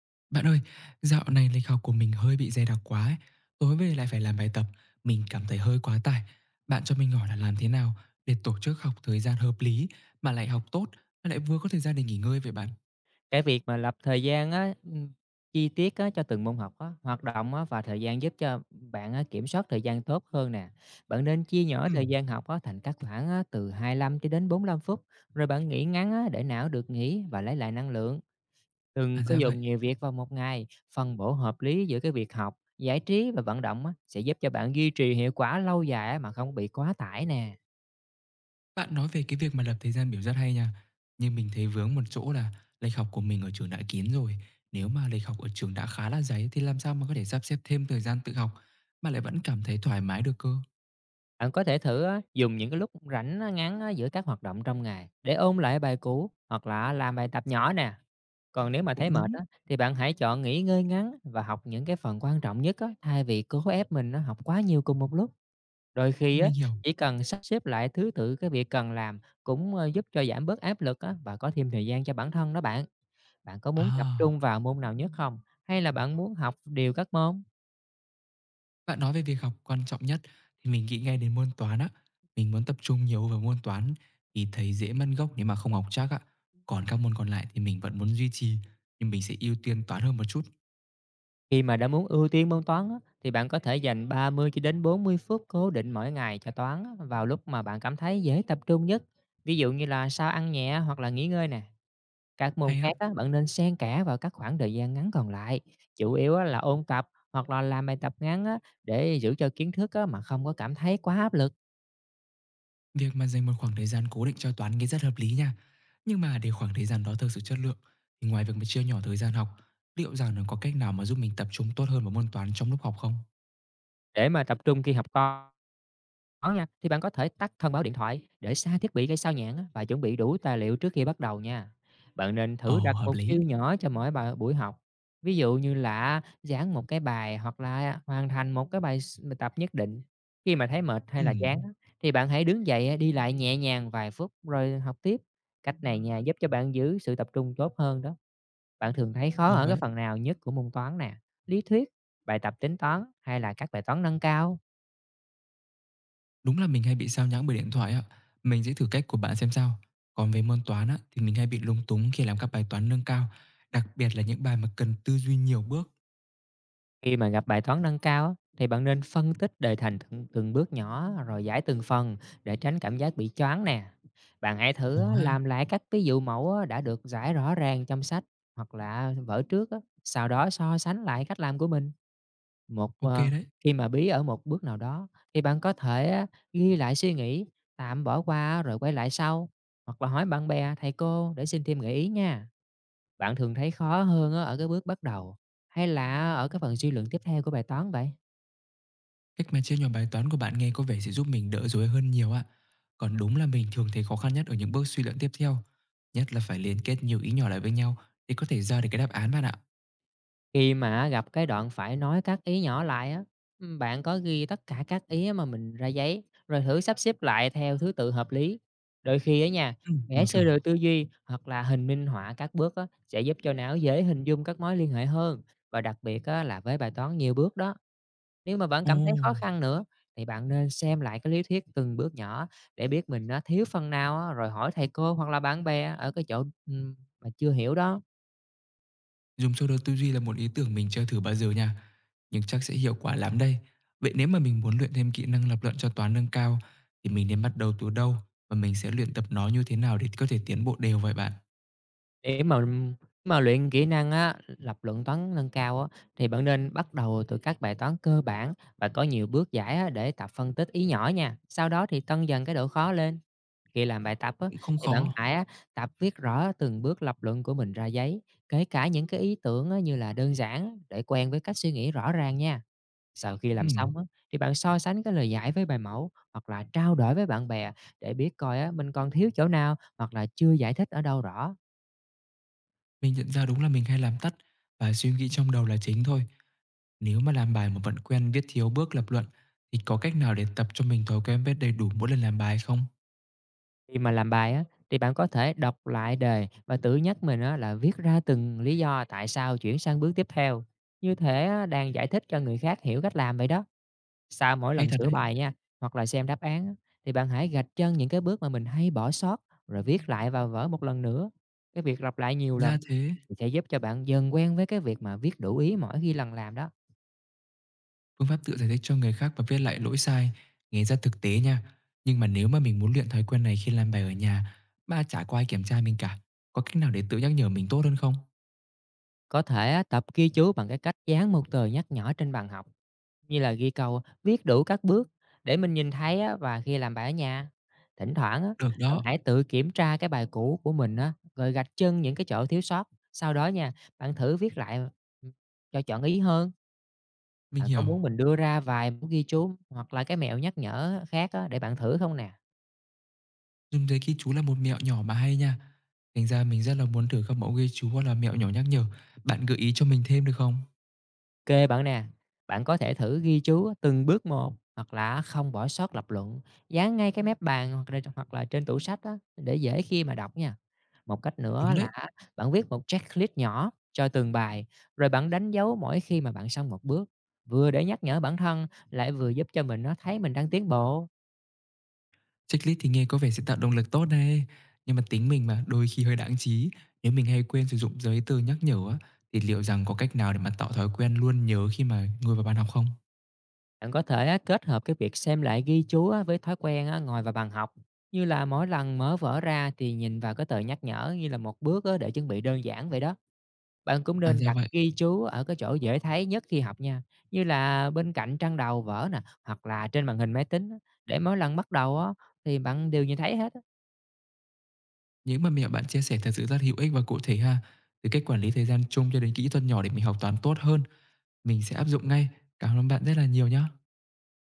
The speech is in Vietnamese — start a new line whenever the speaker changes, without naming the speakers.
Bạn ơi, dạo này lịch học của mình hơi bị dày đặc quá ấy. Tối về lại phải làm bài tập, mình cảm thấy hơi quá tải. Bạn cho mình hỏi là làm thế nào để tổ chức học thời gian hợp lý mà lại học tốt, mà lại vừa có thời gian để nghỉ ngơi vậy bạn?
Cái việc mà lập thời gian á, chi tiết á cho từng môn học á, hoạt động á và thời gian giúp cho bạn á kiểm soát thời gian tốt hơn nè. Bạn nên chia nhỏ
Ừ.
thời gian học á thành các khoảng á từ 25 cho đến 45 phút, rồi bạn nghỉ ngắn á để não được nghỉ và lấy lại năng lượng.
À
Đừng có
ra vậy.
dùng nhiều việc vào một ngày, phân bổ hợp lý giữa cái việc học, giải trí và vận động á sẽ giúp cho bạn duy trì hiệu quả lâu dài á mà không bị quá tải nè.
Bạn nói về cái việc mà lập thời gian biểu rất hay nha. Nhưng mình thấy vướng một chỗ là lịch học của mình ở trường đã kín rồi. Nếu mà lịch học ở trường đã khá là dày thì làm sao mà có thể sắp xếp thêm thời gian tự học mà lại vẫn cảm thấy thoải mái được cơ?
Bạn có thể thử á, dùng những cái lúc rảnh á, ngắn á, giữa các hoạt động trong ngày để ôn lại bài cũ hoặc là làm bài tập nhỏ nè. Còn nếu mà thấy
Cũng
mệt
đúng,
á, thì bạn hãy chọn nghỉ ngơi ngắn và học những cái phần quan trọng nhất á, thay vì cố ép mình á, học quá nhiều cùng một lúc. Đôi khi á,
mình hiểu.
chỉ cần sắp xếp lại thứ tự cái việc cần làm cũng giúp cho giảm bớt áp lực á, và có thêm thời gian cho bản thân đó bạn. Bạn có muốn tập
À.
trung vào môn nào nhất không? Hay là bạn muốn học đều các môn?
Bạn nói về việc học quan trọng nhất thì mình nghĩ ngay đến môn toán á. Mình muốn tập trung nhiều vào môn toán thì thấy dễ mất gốc nếu mà không học chắc á. Còn các môn còn lại thì mình vẫn muốn duy trì, nhưng mình sẽ ưu tiên toán hơn một chút.
Khi mà đã muốn ưu tiên môn toán á, thì bạn có thể dành 30 cho đến 40 phút cố định mỗi ngày cho toán á, vào lúc mà bạn cảm thấy dễ tập trung nhất. Ví dụ như là sau ăn nhẹ hoặc là nghỉ ngơi nè. Các môn
Hay
khác
á,
á, bạn nên xen kẽ vào các khoảng thời gian ngắn còn lại. Chủ yếu á, là ôn tập hoặc là làm bài tập ngắn á, để giữ cho kiến thức á, mà không có cảm thấy quá áp lực
việc mà dành một khoảng thời gian cố định cho toán nghe rất hợp lý nha. Nhưng mà để khoảng thời gian đó thực sự chất lượng thì ngoài việc mà chia nhỏ thời gian học, liệu rằng nó có cách nào mà giúp mình tập trung tốt hơn vào môn toán trong lúc học không?
để mà tập trung khi học toán. Có nha, thì bạn có thể tắt thông báo điện thoại để xa thiết bị gây sao nhãng á và chuẩn bị đủ tài liệu trước khi bắt đầu nha. Bạn nên thử
Ồ,
đặt
hợp
mục
lý.
tiêu nhỏ cho mỗi bài buổi học. Ví dụ như là giảng một cái bài hoặc là hoàn thành một cái tập nhất định. Khi mà thấy mệt hay là chán
Ừm,
á, thì bạn hãy đứng dậy á, đi lại nhẹ nhàng vài phút rồi học tiếp. Cách này nha giúp cho bạn giữ sự tập trung tốt hơn đó. Bạn thường thấy khó
được
ở cái
đấy.
phần nào nhất của môn toán nè, lý thuyết, bài tập tính toán hay là các bài toán nâng cao?
Đúng là mình hay bị sao nhãng bởi điện thoại ạ, mình sẽ thử cách của bạn xem sao. Còn về môn toán á, thì mình hay bị lúng túng khi làm các bài toán nâng cao, đặc biệt là những bài mà cần tư duy nhiều bước.
Khi mà gặp bài toán nâng cao á, thì bạn nên phân tích đề thành từng bước nhỏ rồi giải từng phần để tránh cảm giác bị choáng nè. Bạn hãy thử
Ồ
á,
ha,
làm lại các ví dụ mẫu á, đã được giải rõ ràng trong sách hoặc là vở trước, á, sau đó so sánh lại cách làm của mình. Một
ok
ờ,
đấy.
Khi mà bí ở một bước nào đó thì bạn có thể á, ghi lại suy nghĩ, tạm bỏ qua rồi quay lại sau hoặc là hỏi bạn bè, thầy cô để xin thêm gợi ý nha. Bạn thường thấy khó hơn á ở cái bước bắt đầu hay là ở cái phần suy luận tiếp theo của bài toán vậy?
Cách mà chia nhỏ bài toán của bạn nghe có vẻ sẽ giúp mình đỡ rối hơn nhiều ạ. Còn đúng là mình thường thấy khó khăn nhất ở những bước suy luận tiếp theo. Nhất là phải liên kết nhiều ý nhỏ lại với nhau để có thể ra được cái đáp án bạn ạ.
Khi mà gặp cái đoạn phải nói các ý nhỏ lại á, bạn có ghi tất cả các ý mà mình ra giấy, rồi thử sắp xếp lại theo thứ tự hợp lý. Đôi khi á nha,
Ừ,
vẽ
mình thử.
sơ đồ tư duy hoặc là hình minh họa các bước á, sẽ giúp cho não dễ hình dung các mối liên hệ hơn và đặc biệt á là với bài toán nhiều bước đó. Nếu mà vẫn
Ồ.
cảm thấy khó khăn nữa thì bạn nên xem lại cái lý thuyết từng bước nhỏ để biết mình nó thiếu phần nào á, rồi hỏi thầy cô hoặc là bạn bè ở cái chỗ, mà chưa hiểu đó.
Dùng sơ đồ tư duy là một ý tưởng mình chưa thử bao giờ nha, nhưng chắc sẽ hiệu quả lắm đây. Vậy nếu mà mình muốn luyện thêm kỹ năng lập luận cho toán nâng cao thì mình nên bắt đầu từ đâu và mình sẽ luyện tập nó như thế nào để có thể tiến bộ đều vậy bạn?
Để mà luyện kỹ năng á, lập luận toán nâng cao á, thì bạn nên bắt đầu từ các bài toán cơ bản và có nhiều bước giải á, để tập phân tích ý nhỏ nha. Sau đó thì tăng dần cái độ khó lên. Khi làm bài tập á,
Cũng không
thì bạn
khó.
hãy á, tập viết rõ từng bước lập luận của mình ra giấy, kể cả những cái ý tưởng á, như là đơn giản để quen với cách suy nghĩ rõ ràng nha. Sau khi làm
Ừm,
xong á, thì bạn so sánh cái lời giải với bài mẫu hoặc là trao đổi với bạn bè để biết coi á, mình còn thiếu chỗ nào hoặc là chưa giải thích ở đâu rõ.
mình nhận ra đúng là mình hay làm tắt và suy nghĩ trong đầu là chính thôi. Nếu mà làm bài mà vẫn quen viết thiếu bước lập luận thì có cách nào để tập cho mình thói quen viết đầy đủ mỗi lần làm bài không?
Khi mà làm bài á, thì bạn có thể đọc lại đề và tự nhắc mình á, là viết ra từng lý do tại sao chuyển sang bước tiếp theo. Như thế á, đang giải thích cho người khác hiểu cách làm vậy đó. Sau mỗi
Hay
lần
thật
sửa
đấy,
bài nha, hoặc là xem đáp án á, thì bạn hãy gạch chân những cái bước mà mình hay bỏ sót rồi viết lại vào vở một lần nữa. Cái việc lặp lại nhiều
ra
lần
thế.
thì sẽ giúp cho bạn dần quen với cái việc mà viết đủ ý mỗi khi lần làm đó.
Phương pháp tự giải thích cho người khác và viết lại lỗi sai nghe rất thực tế nha. Nhưng mà nếu mà mình muốn luyện thói quen này khi làm bài ở nhà ba chả có ai kiểm tra mình cả, có cách nào để tự nhắc nhở mình tốt hơn không?
Có thể á, tập ghi chú bằng cái cách dán một tờ nhắc nhỏ trên bàn học, như là ghi câu viết đủ các bước để mình nhìn thấy á, và khi làm bài ở nhà. Thỉnh thoảng á,
Được
bạn
đó,
hãy tự kiểm tra cái bài cũ của mình á, rồi gạch chân những cái chỗ thiếu sót. Sau đó nha, bạn thử viết lại ừ, cho chọn ý hơn.
mình
Bạn có
hiểu.
muốn mình đưa ra vài bước ghi chú hoặc là cái mẹo nhắc nhở khác á, để bạn thử không nè?
Dùng giấy ghi chú là một mẹo nhỏ mà hay nha. Thành ra mình rất là muốn thử các mẫu ghi chú hoặc là mẹo nhỏ nhắc nhở. Bạn gợi ý cho mình thêm được không?
Kê bạn nè, bạn có thể thử ghi chú á, từng bước một hoặc là không bỏ sót lập luận, dán ngay cái mép bàn hoặc là trên tủ sách á, để dễ khi mà đọc nha. Một cách nữa
Đúng
là
đấy.
bạn viết một checklist nhỏ cho từng bài, rồi bạn đánh dấu mỗi khi mà bạn xong một bước, vừa để nhắc nhở bản thân, lại vừa giúp cho mình nó thấy mình đang tiến bộ.
Checklist thì nghe có vẻ sẽ tạo động lực tốt này, nhưng mà tính mình mà đôi khi hơi đáng trí, nếu mình hay quên sử dụng giấy tờ nhắc nhở á, thì liệu rằng có cách nào để mà tạo thói quen luôn nhớ khi mà ngồi vào bàn học không?
Bạn có thể á, kết hợp cái việc xem lại ghi chú á, với thói quen á, ngồi vào bàn học. Như là mỗi lần mở vở ra thì nhìn vào cái tờ nhắc nhở như là một bước á, để chuẩn bị đơn giản vậy đó. Bạn cũng
À,
nên
ra
đặt
vậy,
ghi chú ở cái chỗ dễ thấy nhất khi học nha. Như là bên cạnh trang đầu vở nè, hoặc là trên màn hình máy tính á, để mỗi lần bắt đầu á, thì bạn đều nhìn thấy hết.
những mà mẹ bạn chia sẻ thật sự rất hữu ích và cụ thể ha. Từ cách quản lý thời gian chung cho đến kỹ thuật nhỏ để mình học toán tốt hơn, mình sẽ áp dụng ngay. Cảm ơn bạn rất là nhiều nhá.